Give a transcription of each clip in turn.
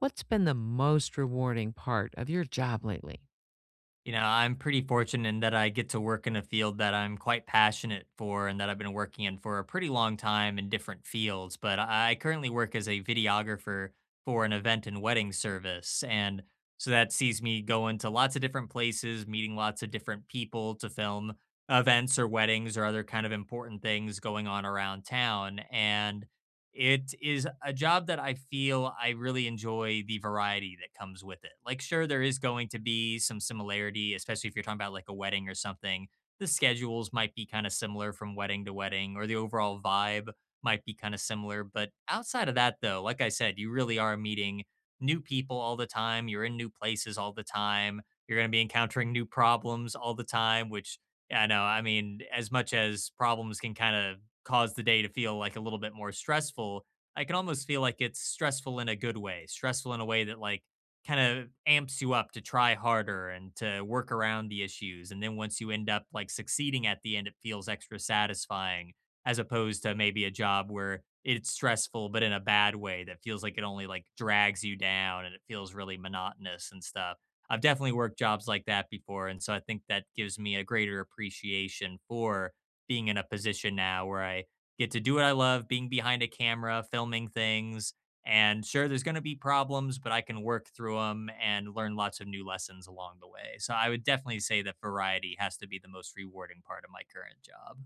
What's been the most rewarding part of your job lately? You know, I'm pretty fortunate in that I get to work in a field that I'm quite passionate for and that I've been working in for a pretty long time in different fields. But I currently work as a videographer for an event and wedding service. And so that sees me going to lots of different places, meeting lots of different people to film events or weddings or other kind of important things going on around town. And it is a job that I feel I really enjoy the variety that comes with it. Like, sure, there is going to be some similarity, especially if you're talking about like a wedding or something. The schedules might be kind of similar from wedding to wedding, or the overall vibe might be kind of similar. But outside of that, though, like I said, you really are meeting new people all the time. You're in new places all the time. You're going to be encountering new problems all the time, which yeah, I know. I mean, as much as problems can kind of cause the day to feel like a little bit more stressful, I can almost feel like it's stressful in a good way, stressful in a way that like kind of amps you up to try harder and to work around the issues. And then once you end up like succeeding at the end, it feels extra satisfying as opposed to maybe a job where it's stressful, but in a bad way that feels like it only like drags you down and it feels really monotonous and stuff. I've definitely worked jobs like that before, and so I think that gives me a greater appreciation for being in a position now where I get to do what I love, being behind a camera, filming things. And sure, there's going to be problems, but I can work through them and learn lots of new lessons along the way. So I would definitely say that variety has to be the most rewarding part of my current job.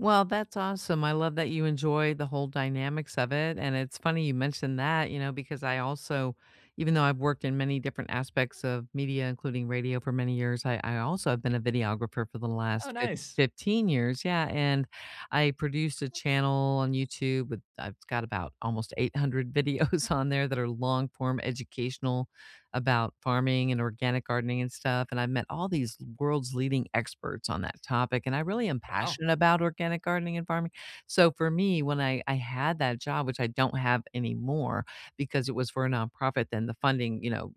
Well, that's awesome. I love that you enjoy the whole dynamics of it. And it's funny you mentioned that, you know, because I also, even though I've worked in many different aspects of media, including radio for many years, I also have been a videographer for the Oh, last nice. 15 years. Yeah. And I produced a channel on YouTube with, I've got about almost 800 videos on there that are long form educational about farming and organic gardening and stuff, and I've met all these world's leading experts on that topic, and I really am Wow. passionate about organic gardening and farming. So for me, when I had that job, which I don't have anymore because it was for a nonprofit, then the funding, you know,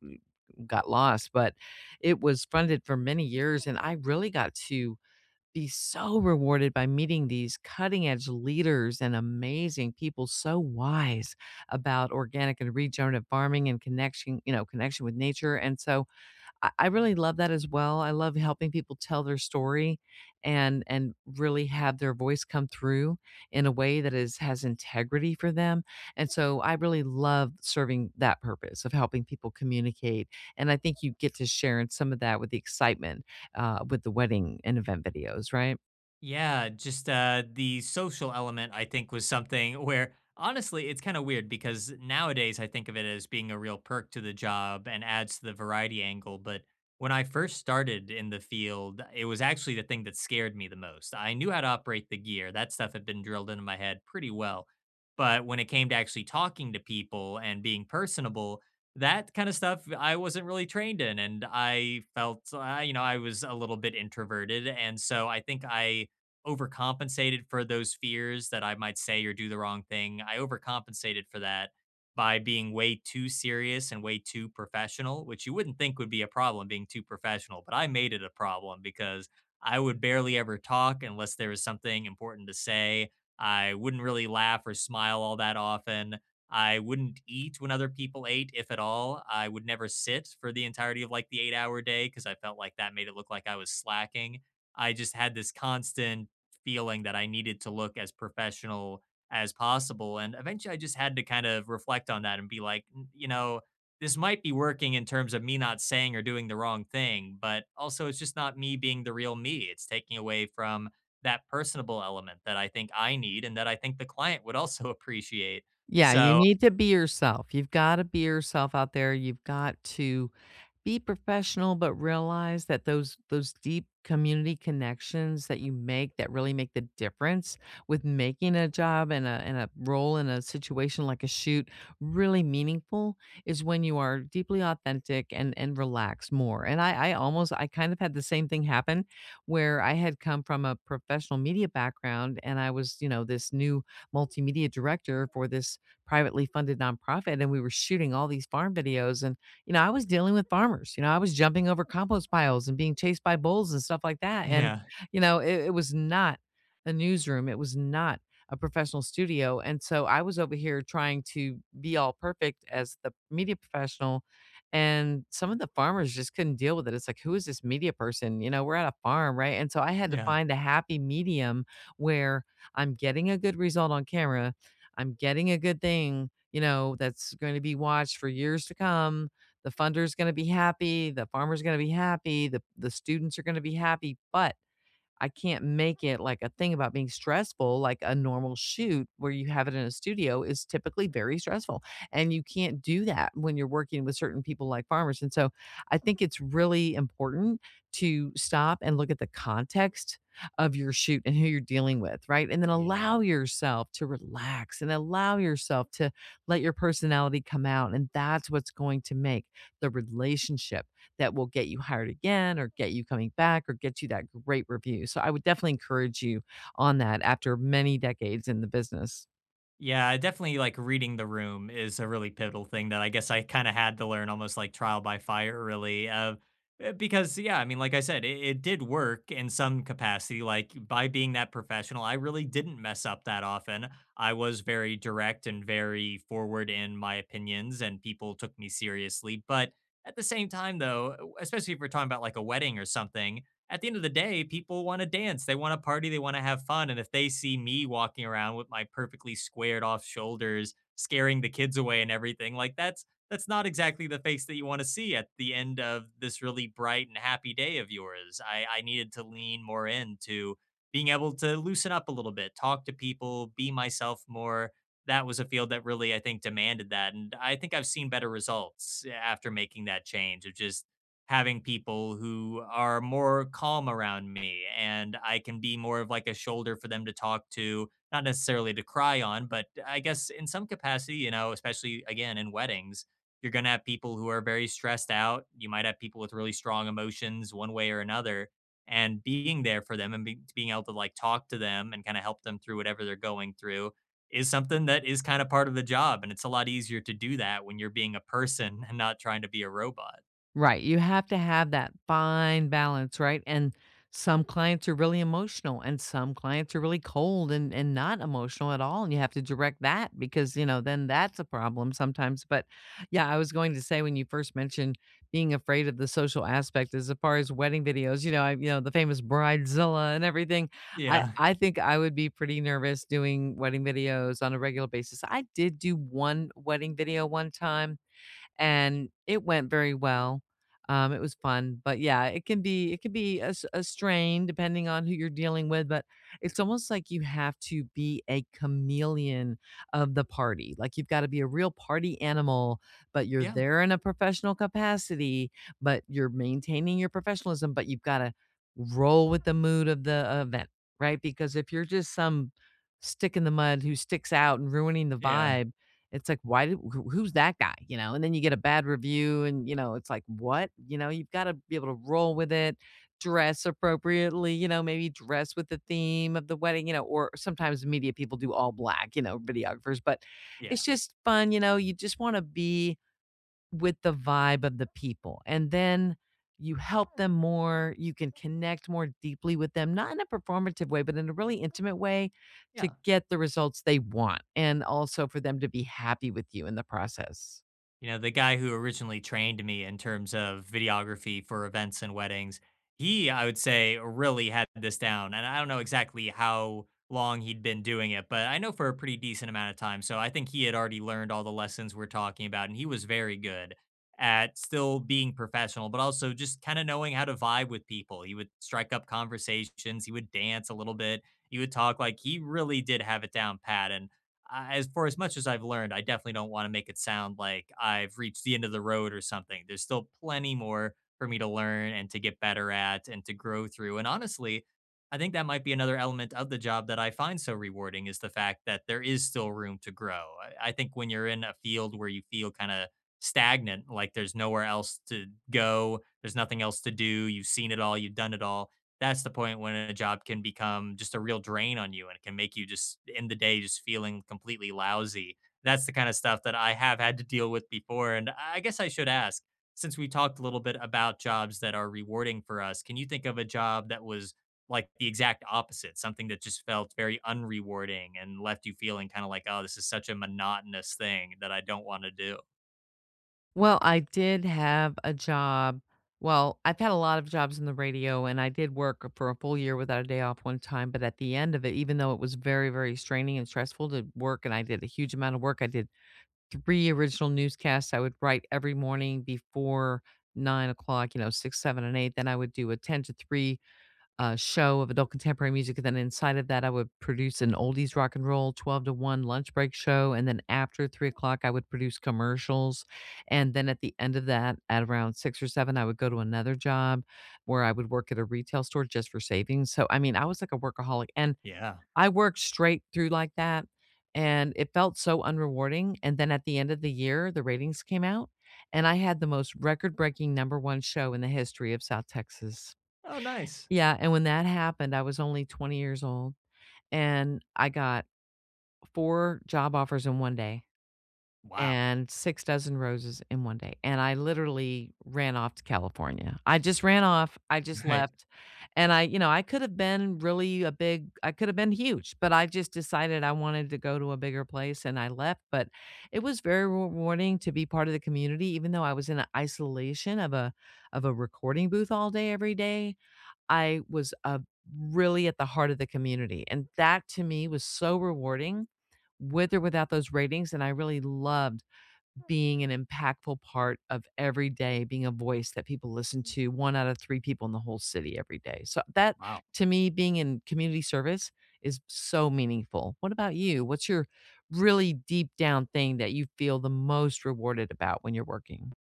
got lost, but it was funded for many years, and I really got to be so rewarded by meeting these cutting edge leaders and amazing people so wise about organic and regenerative farming and connection you know connection with nature. And so I really love that as well. I love helping people tell their story and really have their voice come through in a way that is has integrity for them. And so I really love serving that purpose of helping people communicate. And I think you get to share in some of that with the excitement with the wedding and event videos, right? Yeah, just the social element, I think, was something where honestly, it's kind of weird because nowadays I think of it as being a real perk to the job and adds to the variety angle. But when I first started in the field, it was actually the thing that scared me the most. I knew how to operate the gear, that stuff had been drilled into my head pretty well. But when it came to actually talking to people and being personable, that kind of stuff I wasn't really trained in. And I felt, I was a little bit introverted. And so I think I overcompensated for those fears that I might say or do the wrong thing. I overcompensated for that by being way too serious and way too professional, which you wouldn't think would be a problem being too professional, but I made it a problem because I would barely ever talk unless there was something important to say. I wouldn't really laugh or smile all that often. I wouldn't eat when other people ate, if at all. I would never sit for the entirety of like the 8-hour day because I felt like that made it look like I was slacking. I just had this constant feeling that I needed to look as professional as possible. And eventually I just had to kind of reflect on that and be like, This might be working in terms of me not saying or doing the wrong thing, but also it's just not me being the real me. It's taking away from that personable element that I think I need and that I think the client would also appreciate." Yeah, you So, need to be yourself. You've got to be yourself out there. You've got to be professional, but realize that those deep community connections that you make that really make the difference with making a job and a role in a situation like a shoot really meaningful is when you are deeply authentic and relax more. And I kind of had the same thing happen where I had come from a professional media background, and I was, you know, this new multimedia director for this privately funded nonprofit, and we were shooting all these farm videos. And you know, I was dealing with farmers. You know, I was jumping over compost piles and being chased by bulls and stuff like that. And, yeah, you know, it was not a newsroom. It was not a professional studio. And so I was over here trying to be all perfect as the media professional. And some of the farmers just couldn't deal with it. It's like, who is this media person? You know, we're at a farm, right? And so I had to yeah. find a happy medium where I'm getting a good result on camera. I'm getting a good thing, you know, that's going to be watched for years to come. The funder's gonna be happy, the farmer's gonna be happy, the students are gonna be happy, but I can't make it like a thing about being stressful, like a normal shoot where you have it in a studio is typically very stressful. And you can't do that when you're working with certain people like farmers. And so I think it's really important to stop and look at the context of your shoot and who you're dealing with, right? And then Yeah. allow yourself to relax and allow yourself to let your personality come out. And that's what's going to make the relationship that will get you hired again or get you coming back or get you that great review. So I would definitely encourage you on that after many decades in the business. Yeah, definitely like reading the room is a really pivotal thing that I guess I kind of had to learn almost like trial by fire, really. Because, yeah, I mean, like I said, it did work in some capacity. Like by being that professional, I really didn't mess up that often. I was very direct and very forward in my opinions, and people took me seriously. But at the same time, though, especially if we're talking about like a wedding or something, at the end of the day, people want to dance. They want to party. They want to have fun. And if they see me walking around with my perfectly squared off shoulders, scaring the kids away and everything, like that's not exactly the face that you want to see at the end of this really bright and happy day of yours. I needed to lean more into being able to loosen up a little bit, talk to people, be myself more. That was a field that really, I think, demanded that. And I think I've seen better results after making that change of just having people who are more calm around me and I can be more of like a shoulder for them to talk to, not necessarily to cry on, but I guess in some capacity, you know, especially again in weddings, you're going to have people who are very stressed out. You might have people with really strong emotions one way or another. And being there for them and being able to like talk to them and kind of help them through whatever they're going through is something that is kind of part of the job. And it's a lot easier to do that when you're being a person and not trying to be a robot. Right, you have to have that fine balance, right? And some clients are really emotional and some clients are really cold and not emotional at all, and you have to direct that because, you know, then that's a problem sometimes, but yeah, I was going to say when you first mentioned being afraid of the social aspect as far as wedding videos, you know, the famous Bridezilla and everything, I Yeah. I think I would be pretty nervous doing wedding videos on a regular basis. I did do one wedding video one time and it went very well. It was fun, but yeah, it can be a strain depending on who you're dealing with. But it's almost like you have to be a chameleon of the party. Like you've got to be a real party animal, but you're Yeah, there in a professional capacity, but you're maintaining your professionalism. But you've got to roll with the mood of the event, right? Because if you're just some stick in the mud who sticks out and ruining the yeah, vibe, it's like, why did who's that guy, you know? And then you get a bad review and, you know, it's like, what? You know, you've gotta be able to roll with it, dress appropriately, you know, maybe dress with the theme of the wedding, you know, or sometimes media people do all black, you know, videographers, but yeah, it's just fun, you know, you just wanna be with the vibe of the people. And then you help them more, you can connect more deeply with them, not in a performative way, but in a really intimate way to yeah. get the results they want and also for them to be happy with you in the process. You know, the guy who originally trained me in terms of videography for events and weddings, he, I would say, really had this down. And I don't know exactly how long he'd been doing it, but I know for a pretty decent amount of time. So I think he had already learned all the lessons we're talking about. And he was very good at still being professional, but also just kind of knowing how to vibe with people. He would strike up conversations, he would dance a little bit, he would talk like he really did have it down pat. And I, as for as much as I've learned, I definitely don't wanna make it sound like I've reached the end of the road or something. There's still plenty more for me to learn and to get better at and to grow through, and honestly, I think that might be another element of the job that I find so rewarding is the fact that there is still room to grow. I think when you're in a field where you feel kinda stagnant, like there's nowhere else to go, there's nothing else to do, you've seen it all, you've done it all, that's the point when a job can become just a real drain on you and it can make you just end the day just feeling completely lousy. That's the kind of stuff that I have had to deal with before. And I guess I should ask, since we talked a little bit about jobs that are rewarding for us, can you think of a job that was like the exact opposite, something that just felt very unrewarding and left you feeling kind of like, oh, this is such a monotonous thing that I don't want to do? Well, I did have a job. Well, I've had a lot of jobs in the radio, and I did work for a full year without a day off one time. But at the end of it, even though it was very, very straining and stressful to work and I did a huge amount of work, I did 3 original newscasts I would write every morning before 9 o'clock, you know, 6, 7, and 8. Then I would do a 10 to 3, show of adult contemporary music, and then inside of that, I would produce an oldies rock and roll 12 to 1 lunch break show, and then after 3 o'clock, I would produce commercials, and then at the end of that, at around 6 or 7, I would go to another job where I would work at a retail store just for savings. So, I mean, I was like a workaholic, and Yeah. I worked straight through like that, and it felt so unrewarding, and then at the end of the year, the ratings came out, and I had the most record-breaking number 1 show in the history of South Texas. Oh, nice. Yeah, and when that happened, I was only 20 years old, and I got 4 job offers in one day Wow. and six dozen roses in one day. And I literally ran off to California. I just ran off. I just Right. left. And I, you know, I could have been really a big, I could have been huge, but I just decided I wanted to go to a bigger place and I left. But it was very rewarding to be part of the community, even though I was in a isolation of a recording booth all day, every day. I was a really at the heart of the community. And that to me was so rewarding with or without those ratings. And I really loved being an impactful part of every day, being a voice that people listen to, 1 out of 3 people in the whole city every day. So that Wow. to me, being in community service is so meaningful. What about you? What's your really deep down thing that you feel the most rewarded about when you're working?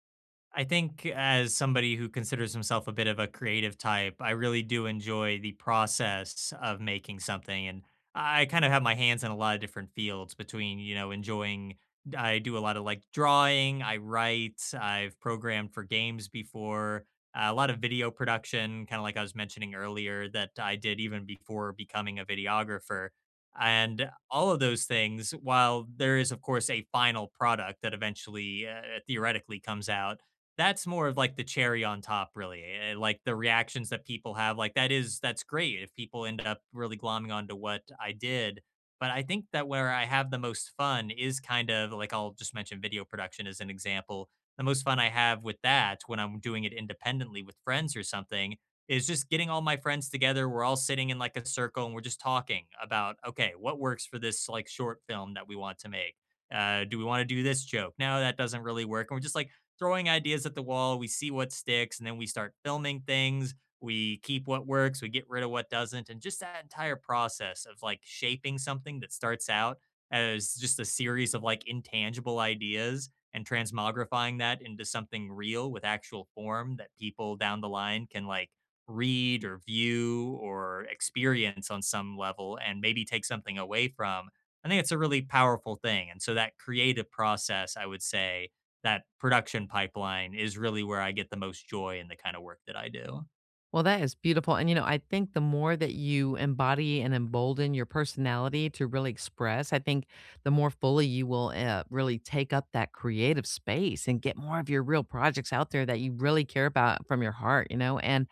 I think as somebody who considers himself a bit of a creative type, I really do enjoy the process of making something. And I kind of have my hands in a lot of different fields between, I do a lot of like drawing, I write, I've programmed for games before, a lot of video production, kind of like I was mentioning earlier, that I did even before becoming a videographer. And all of those things, while there is, of course, a final product that eventually theoretically comes out, that's more of like the cherry on top, really. Like the reactions that people have, like that's great if people end up really glomming onto what I did. But I think that where I have the most fun is kind of like I'll just mention video production as an example. The most fun I have with that when I'm doing it independently with friends or something is just getting all my friends together. We're all sitting in like a circle and we're just talking about, okay, what works for this like short film that we want to make? Do we want to do this joke? No, that doesn't really work. And we're just like, throwing ideas at the wall. We see what sticks, and then we start filming things. We keep what works, we get rid of what doesn't. And just that entire process of like shaping something that starts out as just a series of like intangible ideas and transmogrifying that into something real with actual form that people down the line can like read or view or experience on some level and maybe take something away from. I think it's a really powerful thing. And so that creative process, I would say, that production pipeline is really where I get the most joy in the kind of work that I do. Well, that is beautiful. And, you know, I think the more that you embody and embolden your personality to really express, I think the more fully you will really take up that creative space and get more of your real projects out there that you really care about from your heart, you know? And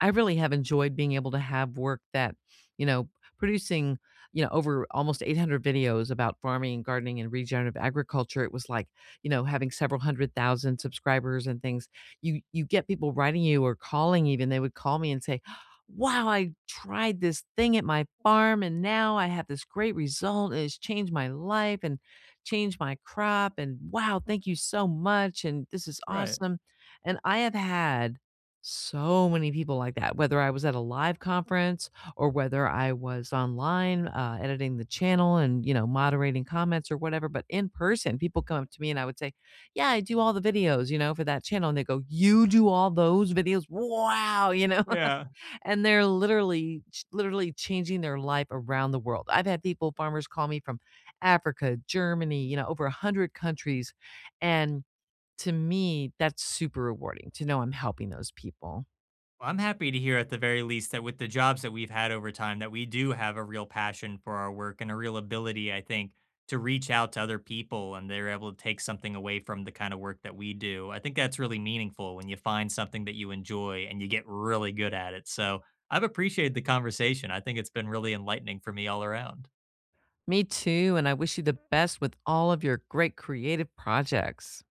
I really have enjoyed being able to have work that, you know, producing, you know, over almost 800 videos about farming and gardening and regenerative agriculture. It was like, you know, having several hundred thousand subscribers and things you get people writing you or calling even, they would call me and say, "Wow, I tried this thing at my farm and now I have this great result. It has changed my life and changed my crop, and wow, thank you so much, and this is Right. awesome." And I have had so many people like that, whether I was at a live conference or whether I was online editing the channel and you know moderating comments or whatever. But in person, people come up to me and I would say, yeah, I do all the videos, you know, for that channel. And they go, you do all those videos? Wow. You know, Yeah. and they're literally, literally changing their life around the world. I've had people, farmers call me from Africa, Germany, you know, over a hundred countries. And to me, that's super rewarding to know I'm helping those people. Well, I'm happy to hear at the very least that with the jobs that we've had over time that we do have a real passion for our work and a real ability, I think, to reach out to other people and they're able to take something away from the kind of work that we do. I think that's really meaningful when you find something that you enjoy and you get really good at it. So I've appreciated the conversation. I think it's been really enlightening for me all around. Me too. And I wish you the best with all of your great creative projects.